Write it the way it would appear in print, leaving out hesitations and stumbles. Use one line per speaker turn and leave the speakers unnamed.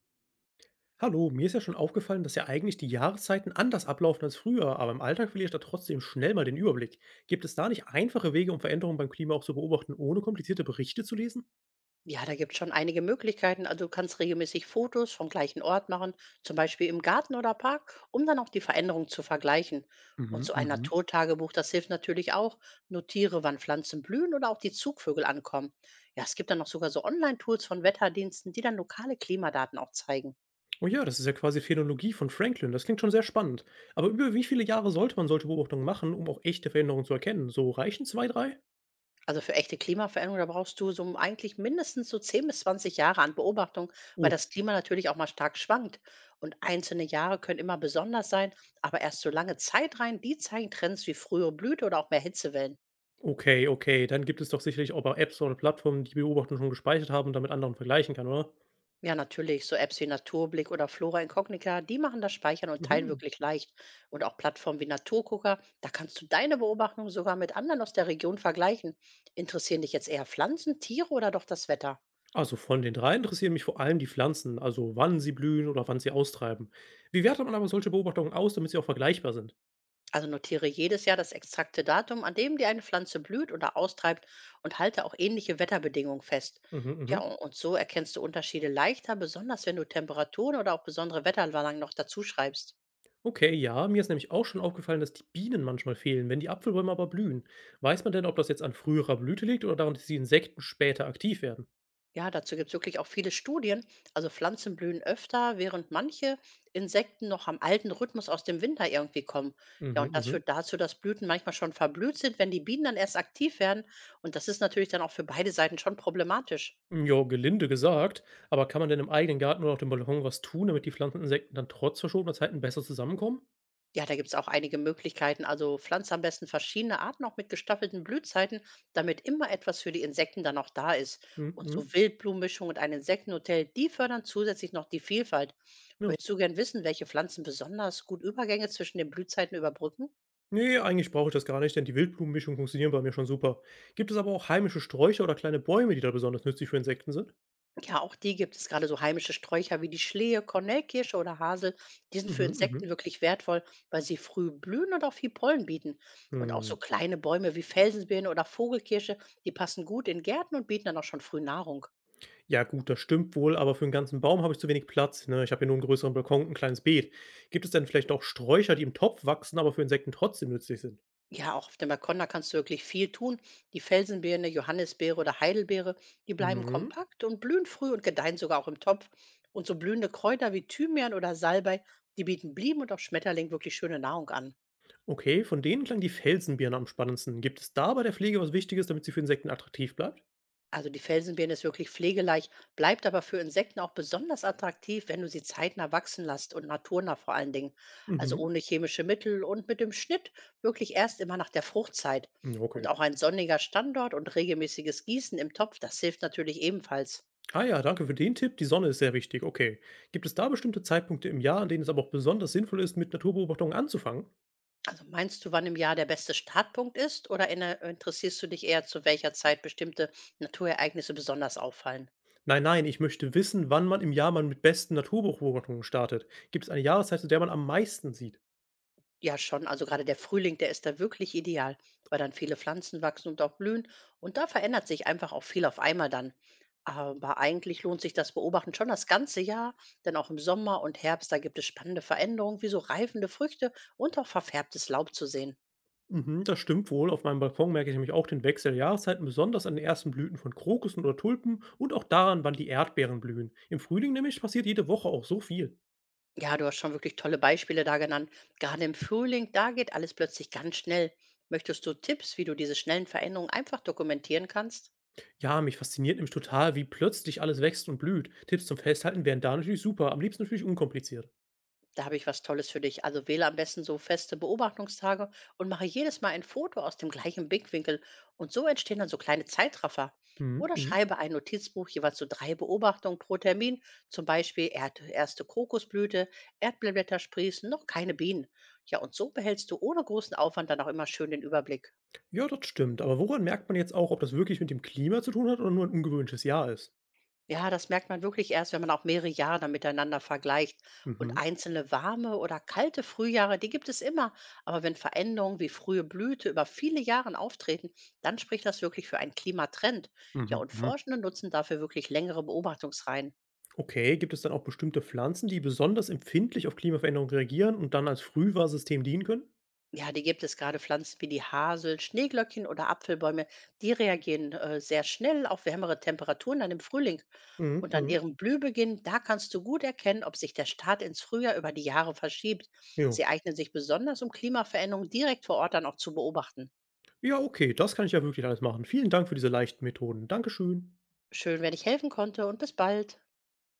Hallo, mir ist ja schon aufgefallen, dass ja eigentlich die Jahreszeiten anders ablaufen als früher, aber im Alltag verliere ich da trotzdem schnell mal den Überblick. Gibt es da nicht einfache Wege, um Veränderungen beim Klima auch zu beobachten, ohne komplizierte Berichte zu lesen?
Ja, da gibt es schon einige Möglichkeiten. Also du kannst regelmäßig Fotos vom gleichen Ort machen, zum Beispiel im Garten oder Park, um dann auch die Veränderung zu vergleichen. Und
Mhm,
so ein
mhm.
Naturtagebuch, das hilft natürlich auch. Notiere, wann Pflanzen blühen oder auch die Zugvögel ankommen. Ja, es gibt dann noch sogar so Online-Tools von Wetterdiensten, die dann lokale Klimadaten auch zeigen.
Oh ja, das ist ja quasi Phänomenologie von Franklin, das klingt schon sehr spannend. Aber über wie viele Jahre sollte man solche Beobachtungen machen, um auch echte Veränderungen zu erkennen? So reichen zwei, drei?
Also für echte Klimaveränderung, da brauchst du so eigentlich mindestens so 10 bis 20 Jahre an Beobachtung, weil
Oh,
das Klima natürlich auch mal stark schwankt. Und einzelne Jahre können immer besonders sein, aber erst so lange Zeit rein, die zeigen Trends wie frühere Blüte oder auch mehr Hitzewellen.
okay, okay, dann gibt es doch sicherlich auch Apps oder Plattformen, die Beobachtungen schon gespeichert haben und damit anderen vergleichen kann, oder?
Ja, natürlich, so Apps wie Naturblick oder Flora Incognita, die machen das Speichern und Teilen
Mhm.
wirklich leicht. Und auch Plattformen wie Naturgucker, da kannst du deine Beobachtungen sogar mit anderen aus der Region vergleichen. Interessieren dich jetzt eher Pflanzen, Tiere oder doch das Wetter?
Also von den 3 interessieren mich vor allem die Pflanzen, also wann sie blühen oder wann sie austreiben. Wie wertet man aber solche Beobachtungen aus, damit sie auch vergleichbar sind?
Also notiere jedes Jahr das exakte Datum, an dem dir eine Pflanze blüht oder austreibt und halte auch ähnliche Wetterbedingungen fest.
Mhm,
Ja,
mhm.
und so erkennst du Unterschiede leichter, besonders wenn du Temperaturen oder auch besondere Wetterlagen noch dazu schreibst.
Okay, ja, mir ist nämlich auch schon aufgefallen, dass die Bienen manchmal fehlen, wenn die Apfelbäume aber blühen. Weiß man denn, ob das jetzt an früherer Blüte liegt oder daran, dass die Insekten später aktiv werden?
Ja, dazu gibt es wirklich auch viele Studien. Also Pflanzen blühen öfter, während manche Insekten noch am alten Rhythmus aus dem Winter irgendwie kommen. Ja, und das
Mhm,
führt dazu, dass Blüten manchmal schon verblüht sind, wenn die Bienen dann erst aktiv werden. Und das ist natürlich dann auch für beide Seiten schon problematisch.
mhm. Jo, gelinde gesagt, aber kann man denn im eigenen Garten oder auf dem Balkon was tun, damit die Pflanzen und Insekten dann trotz verschobener Zeiten besser zusammenkommen?
Ja, da gibt's auch einige Möglichkeiten. Also pflanze am besten verschiedene Arten auch mit gestaffelten Blühzeiten, damit immer etwas für die Insekten dann noch da ist.
Mhm,
Und so
mhm.
Wildblumenmischung und ein Insektenhotel, die fördern zusätzlich noch die Vielfalt.
Ja.
Möchtest du gern wissen, welche Pflanzen besonders gut Übergänge zwischen den Blühzeiten überbrücken?
Ne, eigentlich brauche ich das gar nicht, denn die Wildblumenmischung funktionieren bei mir schon super. Gibt es aber auch heimische Sträucher oder kleine Bäume, die da besonders nützlich für Insekten sind?
Ja, auch die gibt es. Gerade so heimische Sträucher wie die Schlehe, Kornellkirsche oder Hasel, die sind für
Mhm, mhm.
Insekten wirklich wertvoll, weil sie früh blühen und auch viel Pollen bieten. Und auch
Hm.
so kleine Bäume wie Felsenbirne oder Vogelkirsche, die passen gut in Gärten und bieten dann auch schon früh Nahrung.
Ja gut, das stimmt wohl, aber für einen ganzen Baum habe ich zu wenig Platz, ne? Ich habe ja nur einen größeren Balkon und ein kleines Beet. Gibt es denn vielleicht auch Sträucher, die im Topf wachsen, aber für Insekten trotzdem nützlich sind?
Ja, auch auf dem Balkon, da kannst du wirklich viel tun. Die Felsenbirne, Johannisbeere oder Heidelbeere, die bleiben
Mhm.
kompakt und blühen früh und gedeihen sogar auch im Topf. Und so blühende Kräuter wie Thymian oder Salbei, die bieten Blieben und auch Schmetterling wirklich schöne Nahrung an.
Okay, von denen klang die Felsenbirne am spannendsten. Gibt es da bei der Pflege was Wichtiges, damit sie für Insekten attraktiv bleibt?
Also die Felsenbirne ist wirklich pflegeleicht, bleibt aber für Insekten auch besonders attraktiv, wenn du sie zeitnah wachsen lässt und naturnah vor allen Dingen. Also
Mhm.
ohne chemische Mittel und mit dem Schnitt wirklich erst immer nach der Fruchtzeit.
Ja,
Und
okay.
auch ein sonniger Standort und regelmäßiges Gießen im Topf, das hilft natürlich ebenfalls.
Ah ja, danke für den Tipp. Die Sonne ist sehr wichtig. Okay. Gibt es da bestimmte Zeitpunkte im Jahr, an denen es aber auch besonders sinnvoll ist, mit Naturbeobachtungen anzufangen?
Also meinst du, wann im Jahr der beste Startpunkt ist oder interessierst du dich eher, zu welcher Zeit bestimmte Naturereignisse besonders auffallen?
Nein, nein, ich möchte wissen, wann man im Jahr man mit besten Naturbeobachtungen startet. Gibt es eine Jahreszeit, zu der man am meisten sieht?
Ja, schon. Also gerade der Frühling, der ist da wirklich ideal, weil dann viele Pflanzen wachsen und auch blühen. Und da verändert sich einfach auch viel auf einmal dann. Aber eigentlich lohnt sich das Beobachten schon das ganze Jahr, denn auch im Sommer und Herbst, da gibt es spannende Veränderungen, wie so reifende Früchte und auch verfärbtes Laub zu sehen.
Mhm, das stimmt wohl. Auf meinem Balkon merke ich nämlich auch den Wechsel der Jahreszeiten, besonders an den ersten Blüten von Krokussen oder Tulpen und auch daran, wann die Erdbeeren blühen. Im Frühling nämlich passiert jede Woche auch so viel.
Ja, du hast schon wirklich tolle Beispiele da genannt. Gerade im Frühling, da geht alles plötzlich ganz schnell. Möchtest du Tipps, wie du diese schnellen Veränderungen einfach dokumentieren kannst?
Ja, mich fasziniert nämlich total, wie plötzlich alles wächst und blüht. Tipps zum Festhalten wären da natürlich super, am liebsten natürlich unkompliziert.
Da habe ich was Tolles für dich. Also wähle am besten so feste Beobachtungstage und mache jedes Mal ein Foto aus dem gleichen Blickwinkel. Und so entstehen dann so kleine Zeitraffer.
Mhm,
Oder
mhm.
schreibe ein Notizbuch jeweils so 3 Beobachtungen pro Termin, zum Beispiel Erd erste Kokosblüte, Erdbeerblätter sprießen, noch keine Bienen. Ja, und so behältst du ohne großen Aufwand dann auch immer schön den Überblick.
Ja, das stimmt. Aber woran merkt man jetzt auch, ob das wirklich mit dem Klima zu tun hat oder nur ein ungewöhnliches Jahr ist?
Ja, das merkt man wirklich erst, wenn man auch mehrere Jahre dann miteinander vergleicht. Und
Mhm,
einzelne warme oder kalte Frühjahre, die gibt es immer. Aber wenn Veränderungen wie frühe Blüte über viele Jahre auftreten, dann spricht das wirklich für einen Klimatrend. Ja,
mhm,
und
mhm.
Forschende nutzen dafür wirklich längere Beobachtungsreihen.
Okay, gibt es dann auch bestimmte Pflanzen, die besonders empfindlich auf Klimaveränderungen reagieren und dann als Frühwarnsystem dienen können?
Ja, die gibt es gerade Pflanzen wie die Hasel, Schneeglöckchen oder Apfelbäume. Die reagieren sehr schnell auf wärmere Temperaturen dann im Frühling.
Mhm,
Und an
mhm.
ihrem Blühbeginn, da kannst du gut erkennen, ob sich der Start ins Frühjahr über die Jahre verschiebt.
Ja.
Sie eignen sich besonders, um Klimaveränderungen direkt vor Ort dann auch zu beobachten.
Ja, okay, das kann ich ja wirklich alles machen. Vielen Dank für diese leichten Methoden. Dankeschön.
Schön, wenn ich helfen konnte, und bis bald.